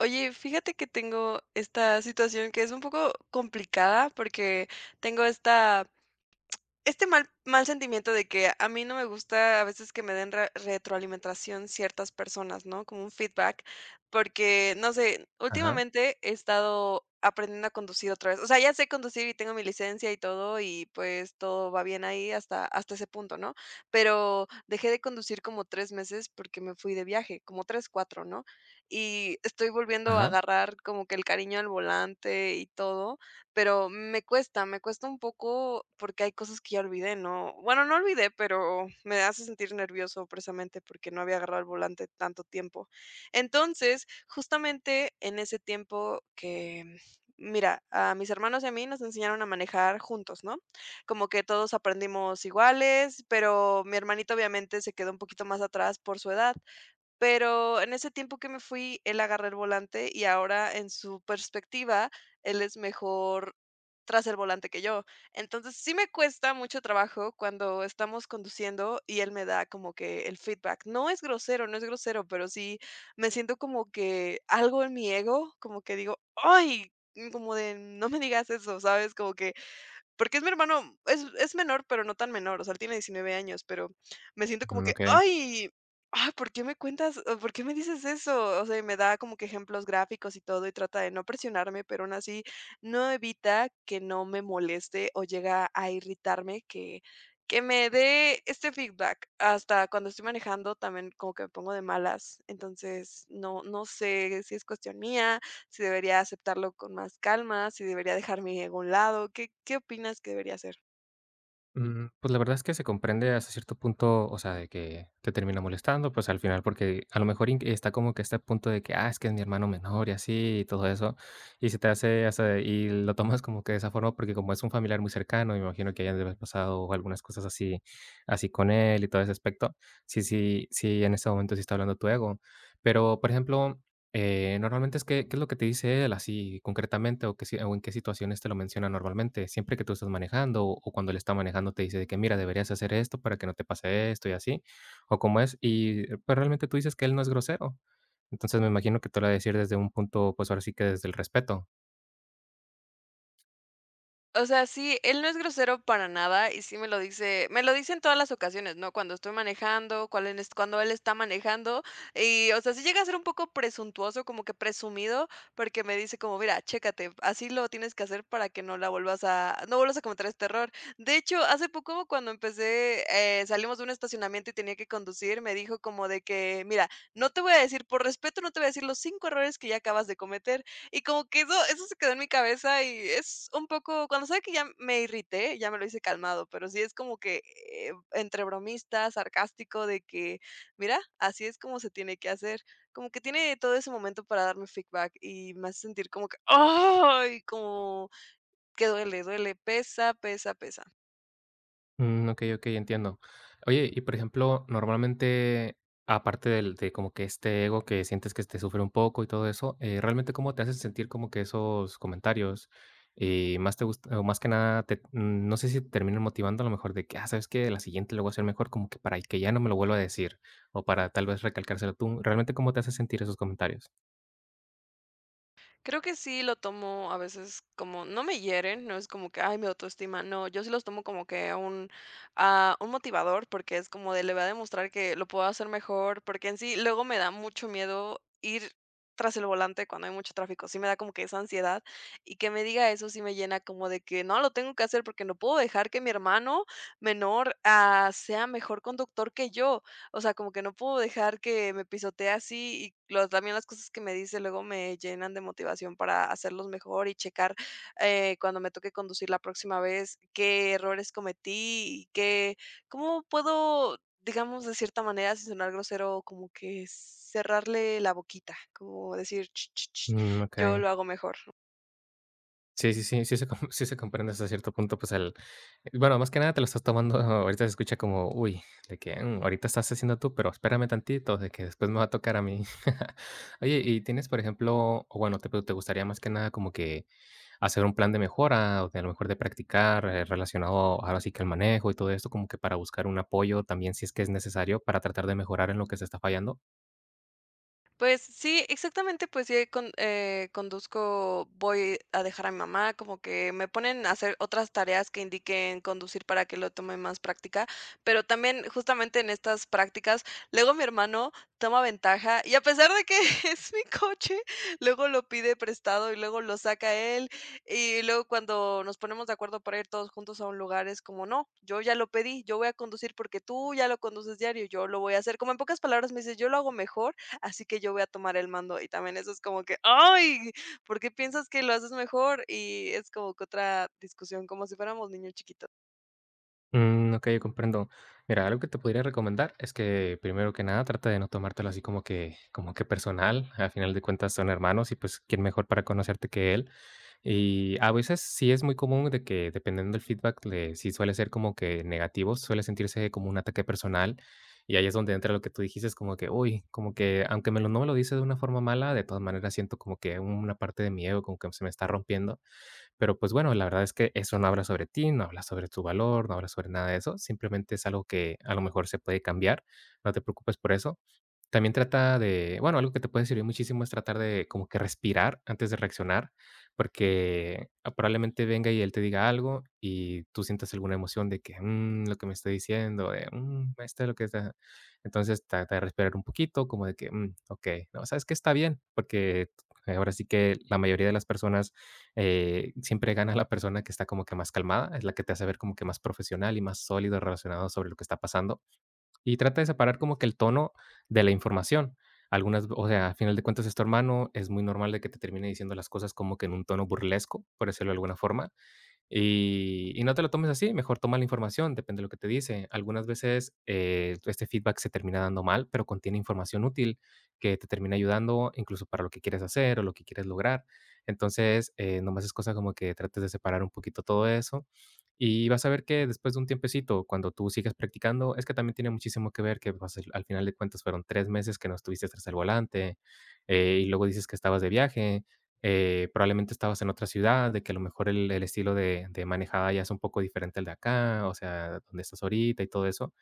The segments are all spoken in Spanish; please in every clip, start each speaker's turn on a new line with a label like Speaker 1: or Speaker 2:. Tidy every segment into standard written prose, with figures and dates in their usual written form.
Speaker 1: Oye, fíjate que tengo esta situación que es un poco complicada porque tengo esta este mal sentimiento de que a mí no me gusta a veces que me den re retroalimentación ciertas personas, ¿no? Como un feedback, porque, no sé,
Speaker 2: Ajá,
Speaker 1: últimamente he estado aprendiendo a conducir otra vez. O sea, ya sé conducir y tengo mi licencia y todo, y pues todo va bien ahí hasta ese punto, ¿no? Pero dejé de conducir como 3 meses porque me fui de viaje, como 3 4, ¿no? Y estoy volviendo a
Speaker 2: ajá,
Speaker 1: agarrar como que el cariño al volante y todo, pero me cuesta un poco porque hay cosas que ya olvidé, ¿no? Bueno, no olvidé, pero me hace sentir nervioso precisamente porque no había agarrado el volante tanto tiempo. Entonces, justamente en ese tiempo que, mira, a mis hermanos y a mí nos enseñaron a manejar juntos, ¿no? Como que todos aprendimos iguales, pero mi hermanito obviamente se quedó un poquito más atrás por su edad. Pero en ese tiempo que me fui, él agarró el volante y ahora en su perspectiva, él es mejor tras el volante que yo. Entonces, sí me cuesta mucho trabajo cuando estamos conduciendo y él me da como que el feedback. No es grosero, no es grosero, pero sí me siento como que algo en mi ego, como que digo, ay, como de no me digas eso, ¿sabes? Como que porque es mi hermano, es menor, pero no tan menor, o sea, él tiene 19 años, pero me siento como
Speaker 2: mm,
Speaker 1: que,
Speaker 2: okey.
Speaker 1: ay, ay, ¿por qué me cuentas, o por qué me dices eso? O sea, y me da como que ejemplos gráficos y todo, y trata de no presionarme, pero aún así no evita que no me moleste o llega a irritarme que me dé este feedback. Hasta cuando estoy manejando también como que me pongo de malas. Entonces, no sé si es cuestión mía, si debería aceptarlo con más calma, si debería dejarme a un lado, ¿qué opinas que debería hacer?
Speaker 2: Pues, la verdad es que se comprende hasta cierto punto, o sea, de que te termina molestando, pues, al final, porque a lo mejor in está como que este punto de que: "Ah, es que es mi hermano menor y así y todo eso", y se te hace, o sea, y lo tomas como que de esa forma, porque como es un familiar muy cercano, me imagino que hayan de haber pasado algunas cosas así así con él y todo ese aspecto. Sí, sí, sí, en ese momento sí está hablando tu ego. Pero, por ejemplo. Normalmente es que, ¿qué es lo que te dice él así concretamente qué si- o en qué situaciones te lo menciona normalmente? Siempre que tú estás manejando o cuando él está manejando te dice de que mira, deberías hacer esto para que no te pase esto y así, o cómo es. Y pues realmente tú dices que él no es grosero. Entonces me imagino que te lo va a decir desde un punto, pues ahora sí que desde el respeto.
Speaker 1: O sea, sí, él no es grosero para nada y sí me lo dice en todas las ocasiones, ¿no? Cuando estoy manejando, cual en es cuando él está manejando y, o sea, sí llega a ser un poco presuntuoso, como que presumido, porque me dice como, mira, chécate, así lo tienes que hacer para que no la vuelvas a, no vuelvas a cometer este error. De hecho, hace poco cuando empecé, salimos de un estacionamiento y tenía que conducir, me dijo como de que, mira, no te voy a decir, por respeto, no te voy a decir los cinco errores que ya acabas de cometer, y como que eso se quedó en mi cabeza y es un poco cuando sabe que ya me irrité, ya me lo hice calmado, pero sí es como que, entre bromista, sarcástico, de que: "Mira, así es como se tiene que hacer". Como que tiene todo ese momento para darme feedback y me hace sentir como que, ¡ay!, como que duele, duele, pesa, pesa, pesa.
Speaker 2: Mm, okey, okey, entiendo. Oye, y por ejemplo, normalmente, aparte del de como que este ego que sientes que te sufre un poco y todo eso, ¿realmente cómo te hacen sentir como que esos comentarios? Y más te gusta o más que nada te no sé si te terminan motivando a lo mejor de que, ah, ¿sabes que La siguiente lo voy a hacer mejor, como que para que ya no me lo vuelva a decir, o para tal vez recalcárselo tú. ¿Realmente cómo te hace sentir esos comentarios?
Speaker 1: Creo que sí lo tomo a veces como, no me hieren, no es como que, ay, mi autoestima, no, yo sí los tomo como que un, ah, un motivador, porque es como de, le voy a demostrar que lo puedo hacer mejor, porque en sí luego me da mucho miedo ir tras el volante cuando hay mucho tráfico, sí me da como que esa ansiedad y que me diga eso sí me llena como de que no, lo tengo que hacer porque no puedo dejar que mi hermano menor, ah, sea mejor conductor que yo. O sea, como que no puedo dejar que me pisotee así, y lo también las cosas que me dice luego me llenan de motivación para hacerlos mejor y checar, cuando me toque conducir la próxima vez, qué errores cometí y qué, cómo puedo, digamos, de cierta manera, sin sonar grosero, como que cerrarle la boquita, como decir: "Ch, ch, ch,
Speaker 2: Mm,
Speaker 1: yo
Speaker 2: okey.
Speaker 1: lo hago mejor".
Speaker 2: Sí, sí, sí, sí se com sí se comprende hasta cierto punto, pues, el bueno, más que nada te lo estás tomando ahorita se escucha como, uy, de que, ahorita estás haciendo tú, pero espérame tantito, de que después me va a tocar a mí. Oye, y tienes, por ejemplo, o bueno, te gustaría más que nada como que hacer un plan de mejora, o de a lo mejor de practicar, relacionado ahora sí que el manejo y todo esto, como que para buscar un apoyo también, si es que es necesario, para tratar de mejorar en lo que se está fallando.
Speaker 1: Pues sí, exactamente, pues yo conduzco, voy a dejar a mi mamá, como que me ponen a hacer otras tareas que indiquen conducir para que lo tome más práctica, pero también justamente en estas prácticas, luego mi hermano toma ventaja y a pesar de que es mi coche, luego lo pide prestado y luego lo saca él, y luego cuando nos ponemos de acuerdo para ir todos juntos a un lugar es como, no, yo ya lo pedí, yo voy a conducir porque tú ya lo conduces diario, yo lo voy a hacer, como en pocas palabras me dice, yo lo hago mejor, así que yo voy a tomar el mando. Y también eso es como que, ay, ¿por qué piensas que lo haces mejor? Y es como que otra discusión, como si fuéramos niños chiquitos.
Speaker 2: Mm, okey, comprendo. Mira, algo que te podría recomendar es que, primero que nada, trata de no tomártelo así como que personal. Al final de cuentas son hermanos y, pues, quién mejor para conocerte que él. Y a veces sí es muy común de que, dependiendo del feedback, le sí suele ser como que negativo, suele sentirse como un ataque personal. Y ahí es donde entra lo que tú dijiste, es como que, uy, como que aunque me lo no me lo dice de una forma mala, de todas maneras siento como que una parte de mi ego como que se me está rompiendo. Pero, pues, bueno, la verdad es que eso no habla sobre ti, no habla sobre tu valor, no habla sobre nada de eso, simplemente es algo que a lo mejor se puede cambiar, no te preocupes por eso. También trata de bueno, algo que te puede servir muchísimo es tratar de como que respirar antes de reaccionar, porque, probablemente venga y él te diga algo y tú sientas alguna emoción de que, lo que me está diciendo, de, esto es lo que está. Entonces trata de respirar un poquito como de que, mm, okey, no, ¿sabes que Está bien, porque ahora sí que la mayoría de las personas siempre gana la persona que está como que más calmada, es la que te hace ver como que más profesional y más sólido relacionado sobre lo que está pasando. Y trata de separar como que el tono de la información. Algunas, o sea, al final de cuentas es tu hermano, es muy normal de que te termine diciendo las cosas como que en un tono burlesco, por decirlo de alguna forma, y no te lo tomes así, mejor toma la información, depende de lo que te dice. Algunas veces, este feedback se termina dando mal, pero contiene información útil que te termina ayudando, incluso para lo que quieres hacer o lo que quieres lograr. Entonces, nomás es cosa como que trates de separar un poquito todo eso, y vas a ver que después de un tiempecito, cuando tú sigas practicando, es que también tiene muchísimo que ver que, pues, al final de cuentas fueron 3 meses que no estuviste tras el volante, y luego dices que estabas de viaje. Probablemente estabas en otra ciudad, de que a lo mejor el estilo de manejada ya es un poco diferente al de acá, o sea, donde estás ahorita y todo eso.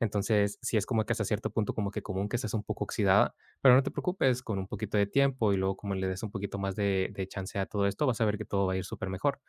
Speaker 2: Entonces, sí es como que hasta cierto punto como que común que estés un poco oxidada, pero no te preocupes, con un poquito de tiempo y luego como le des un poquito más de chance a todo esto, vas a ver que todo va a ir súper mejor.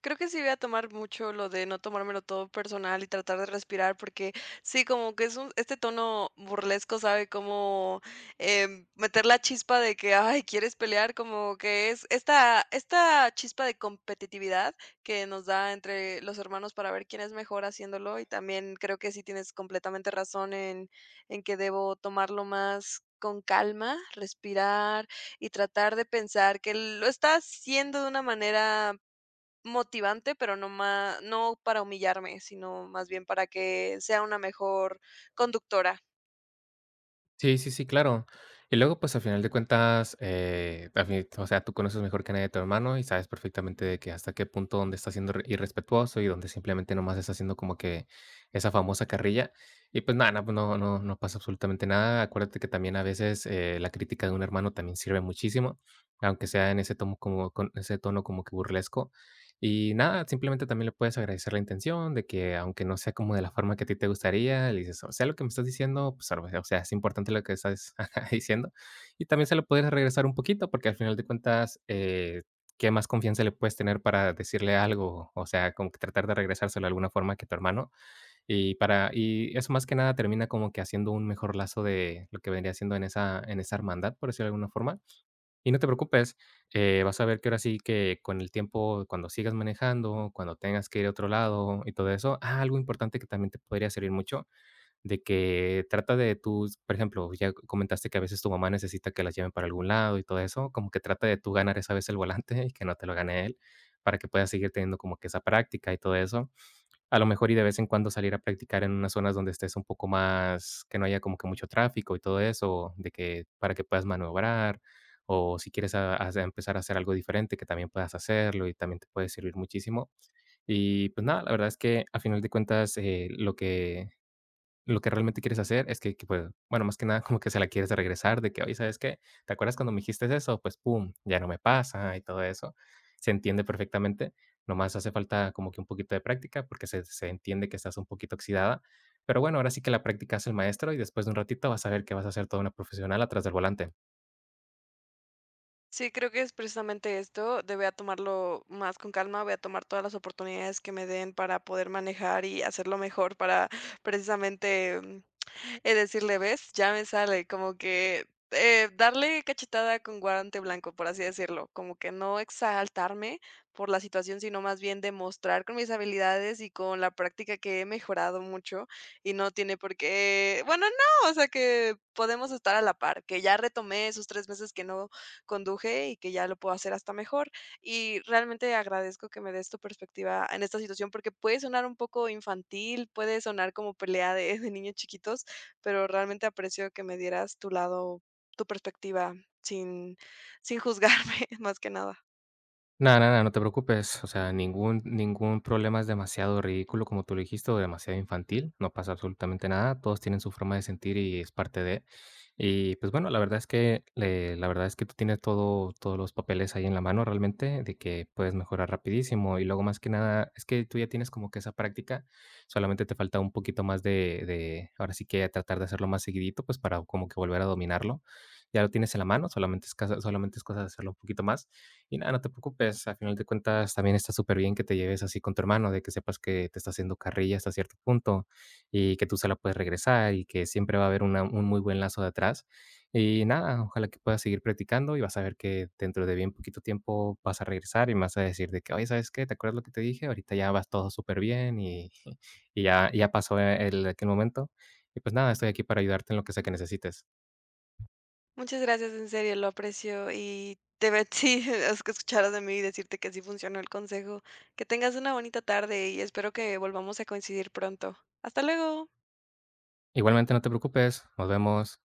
Speaker 1: Creo que sí voy a tomar mucho lo de no tomármelo todo personal y tratar de respirar, porque sí, como que es un, este tono burlesco, ¿sabe? Como meter la chispa de que, ay, quieres pelear, como que es esta chispa de competitividad que nos da entre los hermanos para ver quién es mejor haciéndolo. Y también creo que sí tienes completamente razón en que debo tomarlo más con calma, respirar y tratar de pensar que lo está haciendo de una manera motivante, pero no para humillarme, sino más bien para que sea una mejor conductora.
Speaker 2: Sí, sí, sí, claro. Y luego, pues, al final de cuentas, a fin o sea, tú conoces mejor que nadie a tu hermano y sabes perfectamente de que hasta qué punto donde está siendo re irrespetuoso y donde simplemente nomás está haciendo como que esa famosa carrilla. Y pues nada, no, pues no pasa absolutamente nada. Acuérdate que también a veces, la crítica de un hermano también sirve muchísimo, aunque sea en ese tono como con ese tono como que burlesco. Y nada, simplemente también le puedes agradecer la intención de que, aunque no sea como de la forma que a ti te gustaría, le dices: "O sea, lo que me estás diciendo, pues, ahora sí, o sea, es importante lo que estás ajá, diciendo". Y también se lo puedes regresar un poquito, porque al final de cuentas, ¿qué más confianza le puedes tener para decirle algo? O sea, como que tratar de regresárselo de alguna forma que tu hermano. Y eso más que nada termina como que haciendo un mejor lazo de lo que vendría siendo en esa hermandad, por decirlo de alguna forma. Y no te preocupes, vas a ver que ahora sí que con el tiempo, cuando sigas manejando, cuando tengas que ir a otro lado y todo eso, ah, algo importante que también te podría servir mucho, de que trata de tus, por ejemplo, ya comentaste que a veces tu mamá necesita que las lleven para algún lado y todo eso, como que trata de tú ganar esa vez el volante y que no te lo gane él, para que puedas seguir teniendo como que esa práctica y todo eso. A lo mejor y de vez en cuando salir a practicar en unas zonas donde estés un poco más que no haya como que mucho tráfico y todo eso, de que para que puedas maniobrar, o si quieres a hace empezar a hacer algo diferente, que también puedas hacerlo y también te puede servir muchísimo. Y, pues, nada, la verdad es que, a final de cuentas, lo que realmente quieres hacer es que pues, bueno, más que nada como que se la quieres regresar de que: "Oye, ¿sabes qué? ¿Te acuerdas cuando me dijiste eso? Pues, pum, ya no me pasa", y todo eso. Se entiende perfectamente, nomás hace falta como que un poquito de práctica, porque se entiende que estás un poquito oxidada, pero bueno, ahora sí que la práctica es el maestro y después de un ratito vas a ver que vas a ser toda una profesional atrás del volante.
Speaker 1: Sí, creo que es precisamente esto, de voy a tomarlo más con calma, voy a tomar todas las oportunidades que me den para poder manejar y hacerlo mejor para precisamente es decirle: "¿Ves? Ya me sale", como que, darle cachetada con guante blanco, por así decirlo, como que no exaltarme por la situación, sino más bien demostrar con mis habilidades y con la práctica que he mejorado mucho, y no tiene por qué, bueno, no, o sea, que podemos estar a la par, que ya retomé esos 3 meses que no conduje y que ya lo puedo hacer hasta mejor. Y realmente agradezco que me des tu perspectiva en esta situación, porque puede sonar un poco infantil, puede sonar como pelea de niños chiquitos, pero realmente aprecio que me dieras tu lado, tu perspectiva sin sin juzgarme, más que nada.
Speaker 2: No, no, no, no te preocupes, o sea, ningún problema es demasiado ridículo, como tú lo dijiste, o demasiado infantil, no pasa absolutamente nada, todos tienen su forma de sentir y es parte de. Y, pues, bueno, la verdad es que tú tienes todos los papeles ahí en la mano realmente, de que puedes mejorar rapidísimo, y luego, más que nada, es que tú ya tienes como que esa práctica, solamente te falta un poquito más de, ahora sí que tratar de hacerlo más seguidito, pues, para como que volver a dominarlo. Ya lo tienes en la mano, solamente es casa solamente es cosa de hacerlo un poquito más. Y nada, no te preocupes, a final de cuentas también está súper bien que te lleves así con tu hermano, de que sepas que te está haciendo carrilla hasta cierto punto y que tú se la puedes regresar y que siempre va a haber un muy buen lazo de atrás. Y nada, ojalá que puedas seguir practicando y vas a ver que dentro de bien poquito tiempo vas a regresar y me vas a decir de que, oye, ¿sabes qué? ¿Te acuerdas lo que te dije? Ahorita ya vas todo súper bien y, y ya, ya pasó el, aquel momento. Y pues nada, estoy aquí para ayudarte en lo que sea que necesites.
Speaker 1: Muchas gracias, en serio, lo aprecio y te ve sí, es que escucharas de mí y decirte que sí funcionó el consejo. Que tengas una bonita tarde y espero que volvamos a coincidir pronto. Hasta luego.
Speaker 2: Igualmente no te preocupes, nos vemos.